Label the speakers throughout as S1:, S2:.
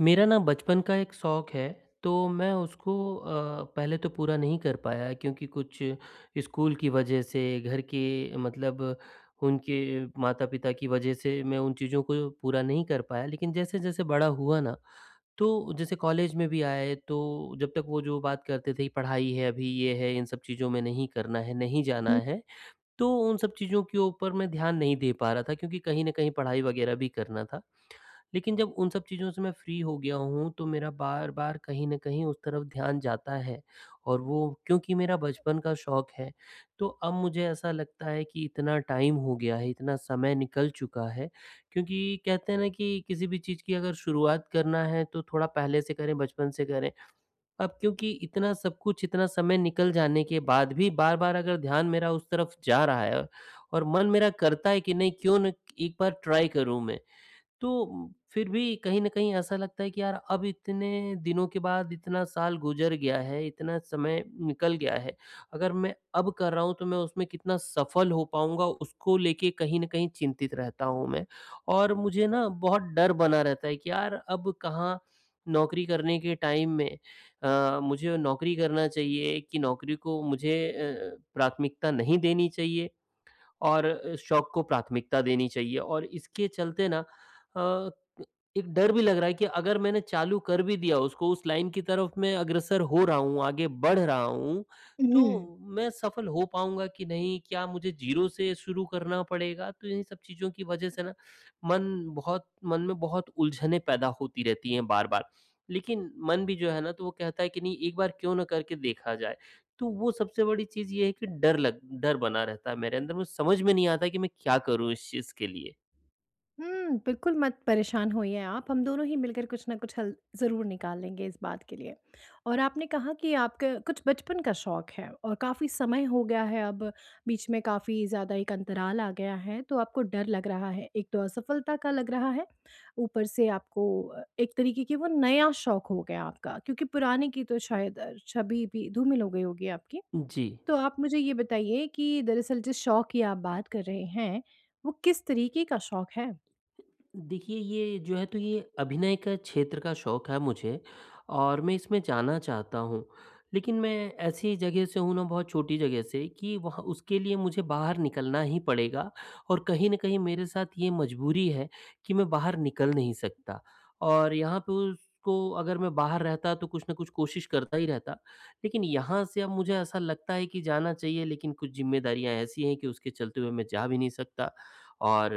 S1: मेरा ना बचपन का एक शौक़ है, तो मैं उसको पहले तो पूरा नहीं कर पाया क्योंकि कुछ स्कूल की वजह से, घर के मतलब उनके माता-पिता की वजह से मैं उन चीज़ों को पूरा नहीं कर पाया। लेकिन जैसे-जैसे बड़ा हुआ ना, तो जैसे कॉलेज में भी आए, तो जब तक वो जो बात करते थे, पढ़ाई है, अभी ये है, इन सब चीज़ों में नहीं करना है, नहीं जाना
S2: हुँ,
S1: है, तो उन सब चीज़ों के ऊपर मैं ध्यान नहीं दे पा रहा था क्योंकि कहीं न कहीं पढ़ाई वग़ैरह भी करना था। लेकिन जब उन सब चीज़ों से मैं फ्री हो गया हूँ, तो मेरा बार-बार कहीं न कहीं उस तरफ ध्यान जाता है और वो, क्योंकि मेरा बचपन का शौक है, तो अब मुझे ऐसा लगता है कि इतना टाइम हो गया है, इतना समय निकल चुका है, क्योंकि कहते हैं ना कि किसी भी चीज़ की अगर शुरुआत करना है, तो थोड़ा पहले से करें, बचपन से करें। अब क्योंकि इतना सब कुछ, इतना समय निकल जाने के बाद भी बार-बार अगर ध्यान मेरा उस तरफ जा रहा है और मन मेरा करता है कि नहीं क्यों ना एक बार ट्राई करूँ मैं, तो फिर भी कहीं न कहीं ऐसा लगता है कि यार अब इतने दिनों के बाद इतना साल गुज़र गया है, इतना समय निकल गया है। अगर मैं अब कर रहा हूँ तो मैं उसमें कितना सफल हो पाऊँगा, उसको लेके कहीं न कहीं चिंतित रहता हूँ मैं। और मुझे ना बहुत डर बना रहता है कि यार अब कहाँ, नौकरी करने के टाइम में मुझे नौकरी करना चाहिए कि नौकरी को मुझे प्राथमिकता नहीं देनी चाहिए। और शौक को प्राथमिकता देनी चाहिए और इसके चलते ना अ, एक डर भी लग रहा है कि अगर मैंने चालू कर भी दिया उसको, उस लाइन की तरफ मैं अग्रसर हो रहा हूँ, आगे बढ़ रहा हूँ,
S2: हुँ।
S1: तो मैं सफल हो पाऊँगा कि नहीं? क्या मुझे ज़ीरो से शुरू करना पड़ेगा? तो इन सब चीज़ों की वजह से ना मन बहुत मन में बहुत उलझनें पैदा होती रहती हैं बार-बार। लेकिन मन भी जो है ना, तो वो कहता है कि नहीं, एक बार क्यों ना करके देखा जाए। तो वो सबसे बड़ी चीज़ ये है कि डर बना रहता है मेरे अंदर, मुझे समझ में नहीं आता कि मैं क्या करूँ इस चीज़ के लिए?
S2: हुँ, बिल्कुल मत परेशान होइए आप, हम दोनों ही मिलकर कुछ ना कुछ हल ज़रूर निकाल लेंगे इस बात के लिए। और आपने कहा कि आपका कुछ बचपन का शौक है और काफ़ी समय हो गया है अब, बीच में काफ़ी ज़्यादा एक अंतराल आ गया है, तो आपको डर लग रहा है। एक तो असफलता का लग रहा है, ऊपर से आपको एक तरीके की वो नया शौक हो गया आपका, क्योंकि पुराने की तो शायद छवि भी धूमिल हो गई होगी आपकी।
S1: जी।
S2: तो आप मुझे ये बताइए कि दरअसल जिस शौक की आप बात कर रहे हैं, वो किस तरीके का शौक है?
S1: देखिए, ये जो है तो ये अभिनय का क्षेत्र का शौक है मुझे और मैं इसमें जाना चाहता हूँ। लेकिन मैं ऐसी जगह से हूँ ना, बहुत छोटी जगह से कि वहाँ उसके लिए मुझे बाहर निकलना ही पड़ेगा और कहीं न कहीं मेरे साथ ये मजबूरी है कि मैं बाहर निकल नहीं सकता। और यहाँ पे उसको, अगर मैं बाहर रहता तो कुछ न कुछ कोशिश करता ही रहता। लेकिन यहाँ से अब मुझे ऐसा लगता है कि जाना चाहिए, लेकिन कुछ ज़िम्मेदारियाँ ऐसी हैं कि उसके चलते हुए मैं जा भी नहीं सकता। और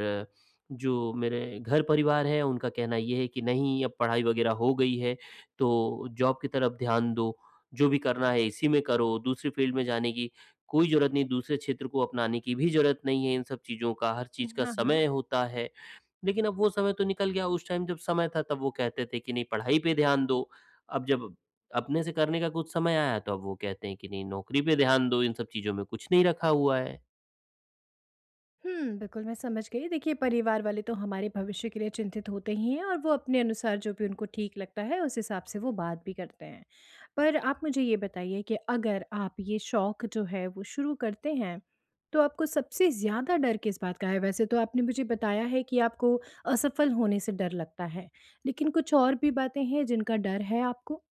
S1: जो मेरे घर परिवार है, उनका कहना ये है कि नहीं, अब पढ़ाई वग़ैरह हो गई है, तो जॉब की तरफ ध्यान दो, जो भी करना है इसी में करो, दूसरी फ़ील्ड में जाने की कोई ज़रूरत नहीं, दूसरे क्षेत्र को अपनाने की भी ज़रूरत नहीं है, इन सब चीज़ों का, हर चीज़ का
S2: हाँ, हाँ।
S1: समय होता है। लेकिन अब वो समय तो निकल गया, उस टाइम जब समय था तब वो कहते थे कि नहीं पढ़ाई पे ध्यान दो, अब जब अपने से करने का कुछ समय आया तो अब वो कहते हैं कि नहीं नौकरी पे ध्यान दो, इन सब चीज़ों में कुछ नहीं रखा हुआ है।
S2: हुँ, बिल्कुल मैं समझ गई। देखिए परिवार वाले तो हमारे भविष्य के लिए चिंतित होते ही हैं और वो अपने अनुसार जो भी उनको ठीक लगता है उस हिसाब से वो बात भी करते हैं। पर आप मुझे ये बताइए कि अगर आप ये शौक जो है वो शुरू करते हैं, तो आपको सबसे ज़्यादा डर किस बात का है? वैसे तो आपने मुझे बताया है कि आपको असफल होने से डर लगता है, लेकिन कुछ और भी बातें हैं जिनका डर है आपको?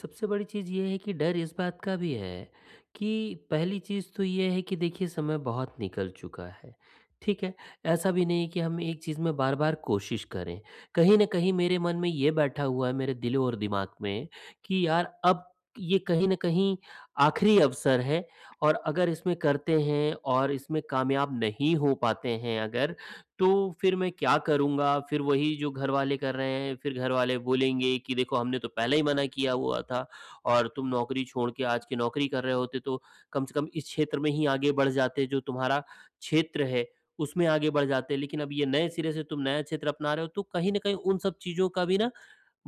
S1: सबसे बड़ी चीज़ ये है कि डर इस बात का भी है कि पहली चीज़ तो ये है कि देखिए समय बहुत निकल चुका है, ठीक है? ऐसा भी नहीं है कि हम एक चीज़ में बार-बार कोशिश करें। कहीं न कहीं मेरे मन में ये बैठा हुआ है, मेरे दिल और दिमाग में, कि यार अब ये कहीं न कहीं आखिरी अवसर है और अगर इसमें करते हैं और इसमें कामयाब नहीं हो पाते हैं अगर, तो फिर मैं क्या करूँगा? फिर वही जो घरवाले कर रहे हैं, फिर घरवाले बोलेंगे कि देखो हमने तो पहले ही मना किया हुआ था और तुम नौकरी छोड़ के आज की नौकरी कर रहे होते तो कम से कम इस क्षेत्र में ही आगे बढ़ जाते, जो तुम्हारा क्षेत्र है उसमें आगे बढ़ जाते। लेकिन अब ये नए सिरे से तुम नया क्षेत्र अपना रहे हो, तो कहीं न कहीं उन सब चीज़ों का भी ना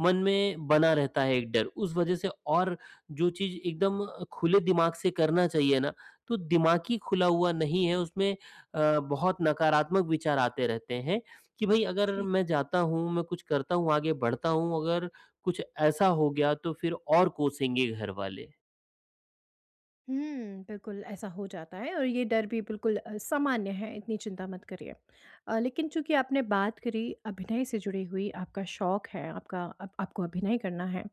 S1: मन में बना रहता है एक डर। उस वजह से और जो चीज़ एकदम खुले दिमाग से करना चाहिए ना, तो दिमागी खुला हुआ नहीं है उसमें, बहुत नकारात्मक विचार आते रहते हैं कि भई अगर मैं जाता हूँ, मैं कुछ करता हूँ, आगे बढ़ता हूँ, अगर कुछ ऐसा हो गया तो फिर और कोसेंगे घर वाले।
S2: हुँ, बिल्कुल ऐसा हो जाता है और ये डर भी बिल्कुल सामान्य है, इतनी चिंता मत करिए। लेकिन चूँकि आपने बात करी अभिनय से जुड़ी हुई, आपका शौक है, आपका आप आपको अभिनय करना है।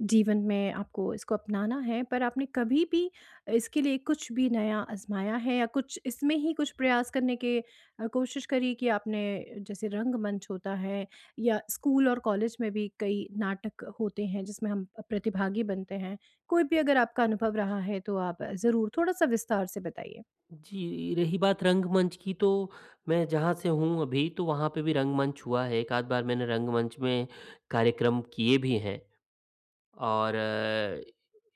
S2: जीवन में आपको इसको अपनाना है, पर आपने कभी भी इसके लिए कुछ भी नया आज़माया है या कुछ इसमें ही कुछ प्रयास करने की कोशिश करी कि आपने जैसे रंगमंच होता है या स्कूल और कॉलेज में भी कई नाटक होते हैं जिसमें हम प्रतिभागी बनते हैं। कोई भी अगर आपका अनुभव रहा है तो आप ज़रूर थोड़ा-सा विस्तार से बताइए?
S1: जी, रही बात रंगमंच की तो मैं जहाँ से हूँ अभी, तो वहाँ पे भी रंगमंच हुआ है, एक आध बार मैंने रंगमंच में कार्यक्रम किए भी हैं। और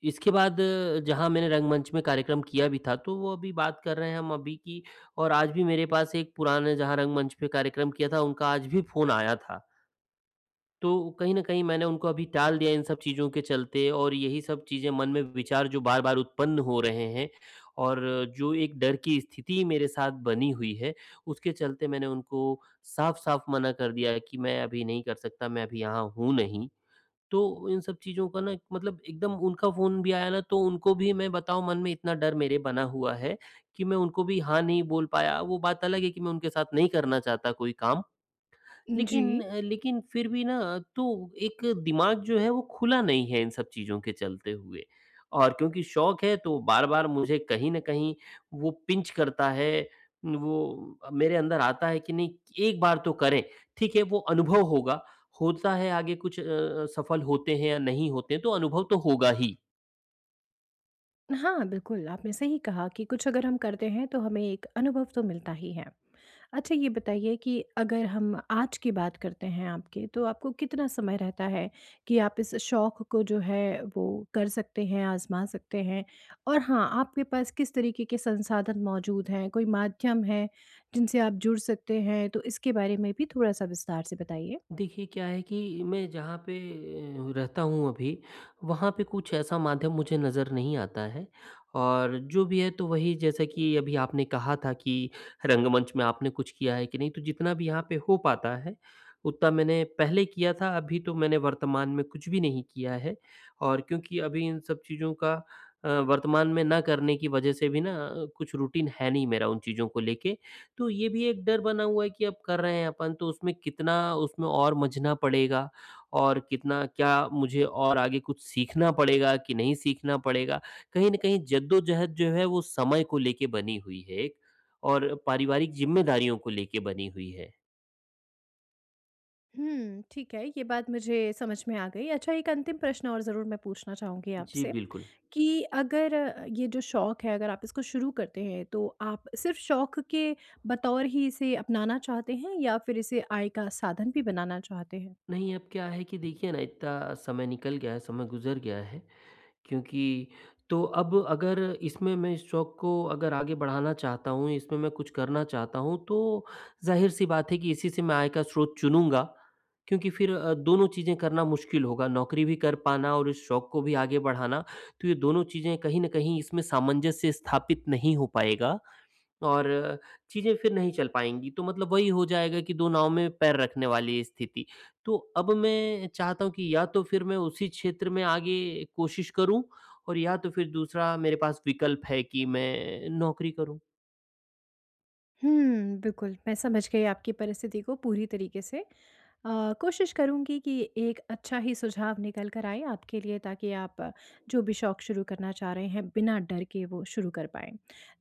S1: इसके बाद जहाँ मैंने रंगमंच में कार्यक्रम किया भी था, तो वो अभी बात कर रहे हैं हम अभी की, और आज भी मेरे पास एक पुराने जहाँ रंगमंच पे कार्यक्रम किया था, उनका आज भी फ़ोन आया था। तो कहीं न कहीं मैंने उनको अभी टाल दिया इन सब चीज़ों के चलते, और यही सब चीज़ें मन में विचार जो बार-बार उत्पन्न हो रहे हैं और जो एक डर की स्थिति मेरे साथ बनी हुई है, उसके चलते मैंने उनको साफ-साफ मना कर दिया है कि मैं अभी नहीं कर सकता, मैं अभी यहाँ हूँ नहीं। तो इन सब चीज़ों का ना मतलब एकदम, उनका फ़ोन भी आया ना तो उनको भी मैं बताऊँ, मन में इतना डर मेरे बना हुआ है कि मैं उनको भी हाँ नहीं बोल पाया। वो बात अलग है कि मैं उनके साथ नहीं करना चाहता कोई काम,
S2: जी।
S1: लेकिन लेकिन फिर भी ना, तो एक दिमाग जो है वो खुला नहीं है इन सब चीज़ों के चलते हुए, और क्योंकि शौक है तो बार-बार मुझे कहीं न कहीं वो पिंच करता है, वो मेरे अंदर आता है कि नहीं, एक बार तो करें। ठीक है, वो अनुभव होगा, होता है आगे कुछ, सफल होते हैं या नहीं होते हैं तो अनुभव तो होगा ही।
S2: हाँ, बिल्कुल, आपने सही कहा कि कुछ अगर हम करते हैं तो हमें एक अनुभव तो मिलता ही है। अच्छा ये बताइए कि अगर हम आज की बात करते हैं आपके, तो आपको कितना समय रहता है कि आप इस शौक को जो है वो कर सकते हैं, आज़मा सकते हैं? और हाँ, आपके पास किस तरीके के संसाधन मौजूद हैं, कोई माध्यम है जिनसे आप जुड़ सकते हैं? तो इसके बारे में भी थोड़ा-सा विस्तार से बताइए।
S1: देखिए, क्या है कि मैं जहाँ पे रहता हूँ अभी, वहाँ पे कुछ ऐसा माध्यम मुझे नज़र नहीं आता है, और जो भी है तो वही, जैसा कि अभी आपने कहा था कि रंगमंच में आपने कुछ किया है कि नहीं, तो जितना भी यहाँ पे हो पाता है उतना मैंने पहले किया था, अभी तो मैंने वर्तमान में कुछ भी नहीं किया है, और क्योंकि अभी इन सब चीज़ों का वर्तमान में ना करने की वजह से भी ना कुछ रूटीन है नहीं मेरा उन चीज़ों को लेके, तो ये भी एक डर बना हुआ है कि अब कर रहे हैं अपन तो उसमें कितना उसमें और मँझना पड़ेगा, और कितना क्या मुझे और आगे कुछ सीखना पड़ेगा कि नहीं सीखना पड़ेगा? कहीं न कहीं जद्दोजहद जो है वो समय को लेके बनी हुई है एक, और पारिवारिक ज़िम्मेदारियों को लेके बनी हुई है।
S2: हुँ, ठीक है, ये बात मुझे समझ में आ गई। अच्छा एक अंतिम प्रश्न और ज़रूर मैं पूछना चाहूँगी
S1: जी,
S2: आपसे।
S1: बिल्कुल।
S2: कि अगर ये जो शौक है अगर आप इसको शुरू करते हैं तो आप सिर्फ शौक के बतौर ही इसे अपनाना चाहते हैं या फिर इसे आय का साधन भी बनाना चाहते हैं?
S1: नहीं, अब क्या है कि देखिए ना, इतना समय निकल गया है, समय गुज़र गया है। क्योंकि, तो अब अगर इसमें मैं इस शौक को अगर आगे बढ़ाना चाहता हूँ, इसमें मैं कुछ करना चाहता हूँ, तो ज़ाहिर-सी बात है कि इसी से मैं आय का स्रोत चुनूँगा, क्योंकि फिर दोनों चीज़ें करना मुश्किल होगा। नौकरी भी कर पाना और इस शौक को भी आगे बढ़ाना, तो ये दोनों चीज़ें कहीं न कहीं, इसमें सामंजस्य स्थापित नहीं हो पाएगा। और चीज़ें फिर नहीं चल पाएँगी, तो मतलब वही हो जाएगा कि 2 नाव में पैर रखने वाली स्थिति। तो अब मैं चाहता हूँ कि या तो फिर मैं उसी क्षेत्र में आगे कोशिश करूँ, और या तो फिर दूसरा मेरे पास विकल्प है कि मैं नौकरी करूँ।
S2: हुँ, बिल्कुल, मैं समझ गई आपकी परिस्थिति को पूरी तरीके से। अ, कोशिश करूँगी कि एक अच्छा ही सुझाव निकल कर आए आपके लिए ताकि आप जो भी शौक़ शुरू करना चाह रहे हैं, बिना डर के वो शुरू कर पाएँ।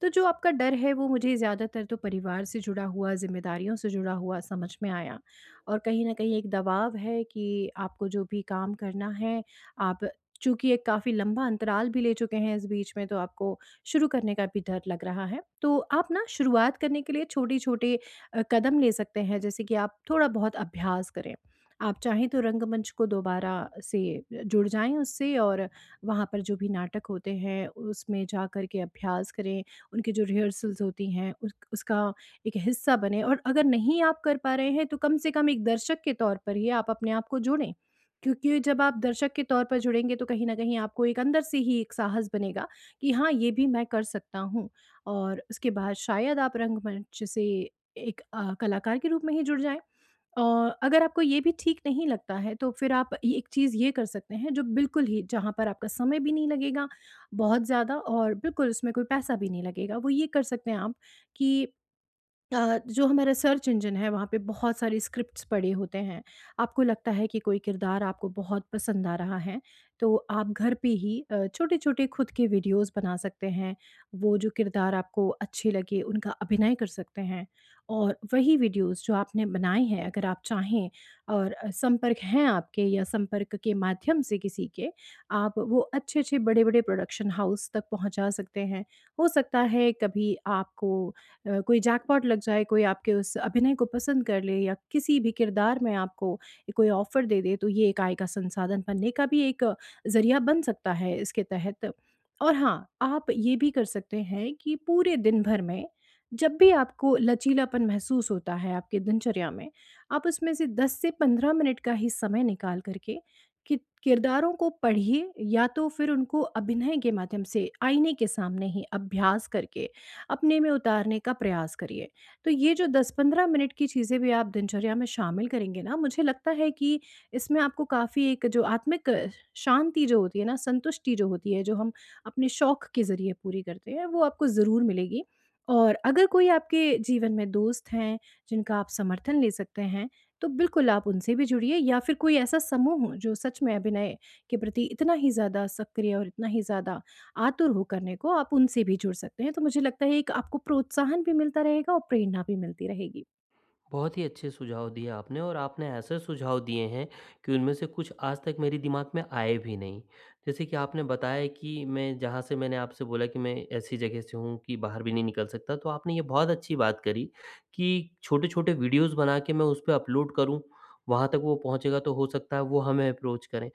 S2: तो जो आपका डर है वो मुझे ज़्यादातर तो परिवार से जुड़ा हुआ, ज़िम्मेदारियों से जुड़ा हुआ समझ में आया और कहीं न कहीं एक दबाव है कि आपको जो भी काम करना है, आप चूँकि एक काफ़ी लंबा अंतराल भी ले चुके हैं इस बीच में, तो आपको शुरू करने का भी डर लग रहा है। तो आप ना शुरुआत करने के लिए छोटे-छोटे कदम ले सकते हैं जैसे कि आप थोड़ा बहुत अभ्यास करें। आप चाहें तो रंगमंच को दोबारा से जुड़ जाएँ उससे और वहाँ पर जो भी नाटक होते हैं उसमें जाकर के अभ्यास करें, उनकी जो रिहर्सल्स होती हैं उस उसका एक हिस्सा बनें और अगर नहीं आप कर पा रहे हैं तो कम से कम एक दर्शक के तौर पर ही आप अपने आप को जोड़ें। क्योंकि जब आप दर्शक के तौर पर जुड़ेंगे तो कहीं न कहीं आपको एक अंदर से ही एक साहस बनेगा कि हाँ, ये भी मैं कर सकता हूँ और उसके बाद शायद आप रंगमंच से एक कलाकार के रूप में ही जुड़ जाएँ। और अगर आपको ये भी ठीक नहीं लगता है, तो फिर आप ये एक चीज़ ये कर सकते हैं, जो बिल्कुल ही जहाँ पर आपका समय भी नहीं लगेगा बहुत ज़्यादा और बिल्कुल उसमें कोई पैसा भी नहीं लगेगा, वो ये कर सकते हैं आप कि जो हमारा सर्च इंजन है वहाँ पे बहुत सारे स्क्रिप्ट्स पड़े होते हैं। आपको लगता है कि कोई किरदार आपको बहुत पसंद आ रहा है, तो आप घर पे ही छोटे-छोटे खुद के वीडियोज़ बना सकते हैं। वो जो किरदार आपको अच्छे लगे उनका अभिनय कर सकते हैं और वही वीडियोज़ जो आपने बनाए हैं अगर आप चाहें और संपर्क हैं आपके या संपर्क के माध्यम से किसी के, आप वो अच्छे-अच्छे बड़े-बड़े प्रोडक्शन हाउस तक पहुँचा सकते हैं। हो सकता है कभी आपको कोई जैकपॉट लग जाए, कोई आपके उस अभिनय को पसंद कर ले या किसी भी किरदार में आपको कोई ऑफ़र दे दे, तो ये एक आय का संसाधन बनने का भी एक ज़रिया बन सकता है इसके तहत। और हाँ, आप ये भी कर सकते हैं कि पूरे दिन भर में जब भी आपको लचीलापन महसूस होता है आपकी दिनचर्या में, आप उसमें से 10 से 15 मिनट का ही समय निकाल कर के कि किरदारों को पढ़िए या तो फिर उनको अभिनय के माध्यम से आईने के सामने ही अभ्यास करके अपने में उतारने का प्रयास करिए। तो ये जो 10-15 मिनट की चीज़ें भी आप दिनचर्या में शामिल करेंगे ना, मुझे लगता है कि इसमें आपको काफ़ी एक जो आत्मिक शांति जो होती है ना, संतुष्टि जो होती है, जो हम अपने शौक के ज़रिए पूरी करते हैं, वो आपको ज़रूर मिलेगी। और अगर कोई आपके जीवन में दोस्त हैं, जिनका आप समर्थन ले सकते हैं, तो बिल्कुल आप उनसे भी जुड़िए या फिर कोई ऐसा समूह हो, जो सच में अभिनय के प्रति इतना ही ज़्यादा सक्रिय और इतना ही ज़्यादा आतुर हो करने को, आप उनसे भी जुड़ सकते हैं। तो मुझे लगता है एक आपको प्रोत्साहन भी मिलता रहेगा और प्रेरणा भी मिलती रहेगी।
S1: बहुत ही अच्छे सुझाव दिए आपने, और आपने ऐसे सुझाव दिए हैं कि उनमें से कुछ आज तक मेरे दिमाग में आए भी नहीं। जैसे कि आपने बताया कि मैं जहाँ से, मैंने आपसे बोला कि मैं ऐसी जगह से हूँ कि बाहर भी नहीं निकल सकता, तो आपने ये बहुत अच्छी बात करी कि छोटे-छोटे वीडियोज़ बना के मैं उस पे अपलोड करूँ, वहाँ तक वो पहुँचेगा तो हो सकता है वो हमें अप्रोच करें।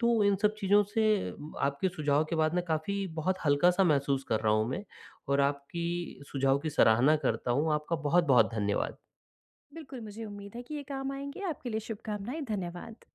S1: तो इन सब चीज़ों से आपके सुझाव के बाद ना काफ़ी बहुत हल्का-सा महसूस कर रहा हूँ मैं, और आपकी सुझाव की सराहना करता हूँ। आपका बहुत-बहुत धन्यवाद।
S2: बिल्कुल, मुझे उम्मीद है कि ये काम आएँगे। आपके लिए शुभकामनाएँ। धन्यवाद।